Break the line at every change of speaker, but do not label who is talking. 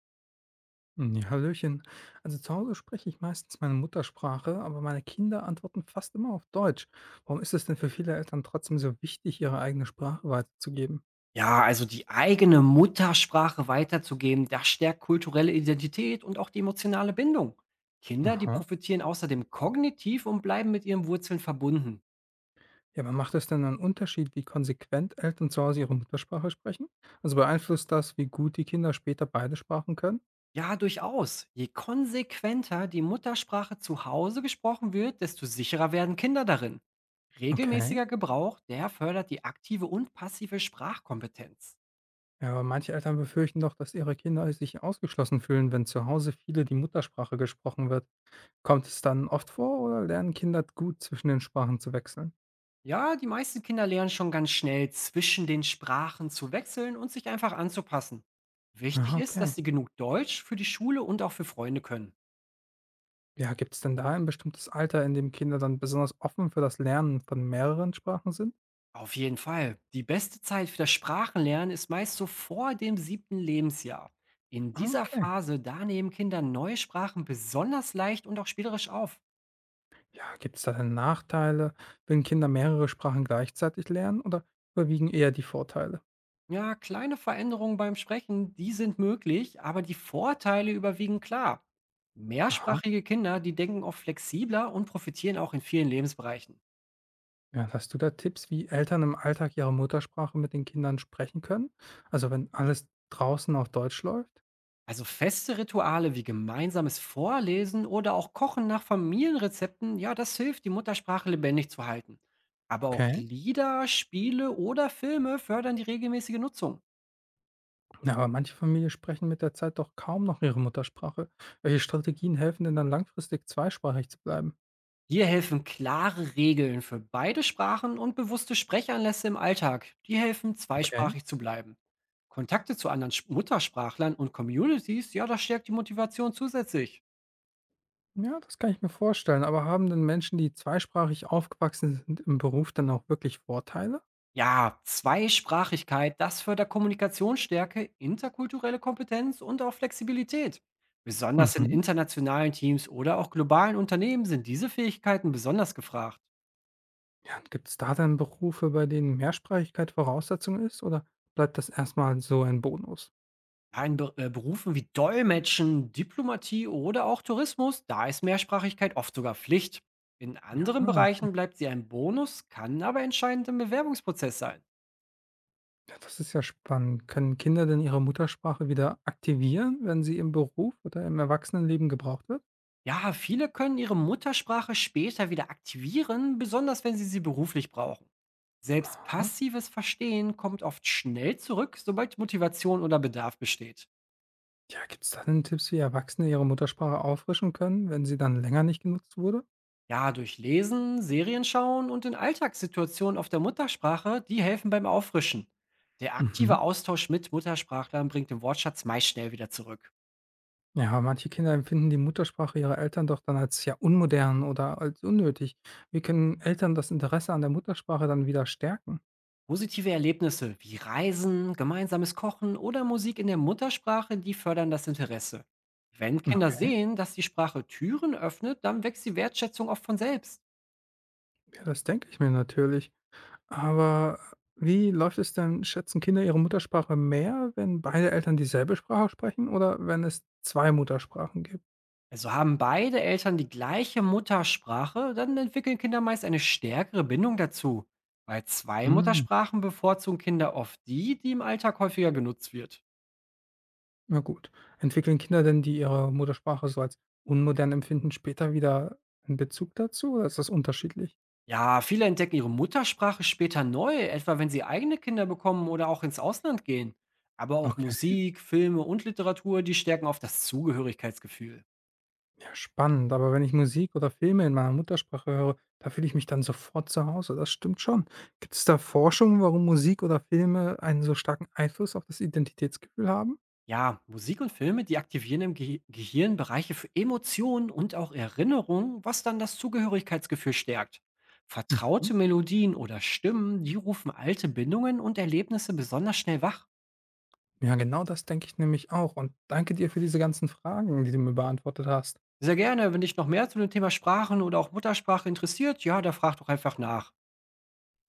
Hm, ja, hallöchen. Also zu Hause spreche ich meistens meine Muttersprache, aber meine Kinder antworten fast immer auf Deutsch. Warum ist es denn für viele Eltern trotzdem so wichtig, ihre eigene Sprache weiterzugeben?
Ja, also die eigene Muttersprache weiterzugeben, das stärkt kulturelle Identität und auch die emotionale Bindung. Kinder, die
Aha.
profitieren außerdem kognitiv und bleiben mit ihren Wurzeln verbunden.
Ja, aber macht es denn einen Unterschied, wie konsequent Eltern zu Hause ihre Muttersprache sprechen? Also beeinflusst das, wie gut die Kinder später beide Sprachen können?
Ja, durchaus. Je konsequenter die Muttersprache zu Hause gesprochen wird, desto sicherer werden Kinder darin.
Okay.
Regelmäßiger Gebrauch, der fördert die aktive und passive Sprachkompetenz.
Ja, aber manche Eltern befürchten doch, dass ihre Kinder sich ausgeschlossen fühlen, wenn zu Hause viele die Muttersprache gesprochen wird. Kommt es dann oft vor oder lernen Kinder gut zwischen den Sprachen zu wechseln?
Ja, die meisten Kinder lernen schon ganz schnell, zwischen den Sprachen zu wechseln und sich einfach anzupassen.
Ah,
Wichtig ist,
okay.
dass sie genug Deutsch für die Schule und auch für Freunde können.
Ja, gibt es denn da ein bestimmtes Alter, in dem Kinder dann besonders offen für das Lernen von mehreren Sprachen sind?
Auf jeden Fall. Die beste Zeit für das Sprachenlernen ist meist so vor dem siebten Lebensjahr. In
Ah,
dieser
okay.
Phase, da nehmen Kinder neue Sprachen besonders leicht und auch spielerisch auf.
Ja, gibt es da denn Nachteile, wenn Kinder mehrere Sprachen gleichzeitig lernen oder überwiegen eher die Vorteile?
Ja, kleine Veränderungen beim Sprechen, die sind möglich, aber die Vorteile überwiegen klar.
Aha.
Mehrsprachige Kinder, die denken oft flexibler und profitieren auch in vielen Lebensbereichen.
Ja, hast du da Tipps, wie Eltern im Alltag ihre Muttersprache mit den Kindern sprechen können? Also wenn alles draußen auf Deutsch läuft?
Also feste Rituale wie gemeinsames Vorlesen oder auch Kochen nach Familienrezepten, ja, das hilft, die Muttersprache lebendig zu halten. Aber auch
Okay.
Lieder, Spiele oder Filme fördern die regelmäßige Nutzung.
Na, aber manche Familien sprechen mit der Zeit doch kaum noch ihre Muttersprache. Welche Strategien helfen denn dann langfristig zweisprachig zu bleiben?
Hier helfen klare Regeln für beide Sprachen und bewusste Sprechanlässe im Alltag. Die helfen,
Okay.
zweisprachig zu bleiben. Kontakte zu anderen Muttersprachlern und Communities, ja, das stärkt die Motivation zusätzlich.
Ja, das kann ich mir vorstellen. Aber haben denn Menschen, die zweisprachig aufgewachsen sind, im Beruf dann auch wirklich Vorteile?
Ja, Zweisprachigkeit, das fördert Kommunikationsstärke, interkulturelle Kompetenz und auch Flexibilität. Besonders in
Mhm.
internationalen Teams oder auch globalen Unternehmen sind diese Fähigkeiten besonders gefragt.
Ja, gibt es da dann Berufe, bei denen Mehrsprachigkeit Voraussetzung ist oder bleibt das erstmal so ein Bonus?
In Be Berufen wie Dolmetschen, Diplomatie oder auch Tourismus, da ist Mehrsprachigkeit oft sogar Pflicht. In
Ah,
anderen
okay.
Bereichen bleibt sie ein Bonus, kann aber entscheidend im Bewerbungsprozess sein.
Ja, das ist ja spannend. Können Kinder denn ihre Muttersprache wieder aktivieren, wenn sie im Beruf oder im Erwachsenenleben gebraucht wird?
Ja, viele können ihre Muttersprache später wieder aktivieren, besonders wenn sie sie beruflich brauchen. Selbst
Aha.
passives Verstehen kommt oft schnell zurück, sobald Motivation oder Bedarf besteht.
Ja, gibt es da denn Tipps, wie Erwachsene ihre Muttersprache auffrischen können, wenn sie dann länger nicht genutzt wurde?
Ja, durch Lesen, Serien schauen und in Alltagssituationen auf der Muttersprache, die helfen beim Auffrischen. Der aktive
Mhm.
Austausch mit Muttersprachlern bringt den Wortschatz meist schnell wieder zurück.
Ja, manche Kinder empfinden die Muttersprache ihrer Eltern doch dann als ja unmodern oder als unnötig. Wie können Eltern das Interesse an der Muttersprache dann wieder stärken?
Positive Erlebnisse wie Reisen, gemeinsames Kochen oder Musik in der Muttersprache, die fördern das Interesse. Wenn Kinder
Okay,
sehen, dass die Sprache Türen öffnet, dann wächst die Wertschätzung oft von selbst.
ja, das denke ich mir natürlich. Aber wie läuft es denn? Schätzen Kinder ihre Muttersprache mehr, wenn beide Eltern dieselbe Sprache sprechen oder wenn es zwei Muttersprachen gibt?
Also haben beide Eltern die gleiche Muttersprache, dann entwickeln Kinder meist eine stärkere Bindung dazu. Bei zwei
Hm.
Muttersprachen bevorzugen Kinder oft die, die im Alltag häufiger genutzt wird.
Na gut. Entwickeln Kinder denn, die ihre Muttersprache so als unmodern empfinden, später wieder einen Bezug dazu oder ist das unterschiedlich?
Ja, viele entdecken ihre Muttersprache später neu, etwa wenn sie eigene Kinder bekommen oder auch ins Ausland gehen. Aber auch
Okay.
Musik, Filme und Literatur, die stärken oft das Zugehörigkeitsgefühl.
Ja, spannend, aber wenn ich Musik oder Filme in meiner Muttersprache höre, da fühle ich mich dann sofort zu Hause. Das stimmt schon. Gibt es da Forschung, warum Musik oder Filme einen so starken Einfluss auf das Identitätsgefühl haben?
Ja, Musik und Filme, die aktivieren im Ge Gehirn Bereiche für Emotionen und auch Erinnerungen, was dann das Zugehörigkeitsgefühl stärkt.
Mhm.
Vertraute Melodien oder Stimmen, die rufen alte Bindungen und Erlebnisse besonders schnell wach.
Ja, genau das denke ich nämlich auch. Und danke dir für diese ganzen Fragen, die du mir beantwortet hast.
Sehr gerne, wenn dich noch mehr zu dem Thema Sprachen oder auch Muttersprache interessiert, ja, da frag doch einfach nach.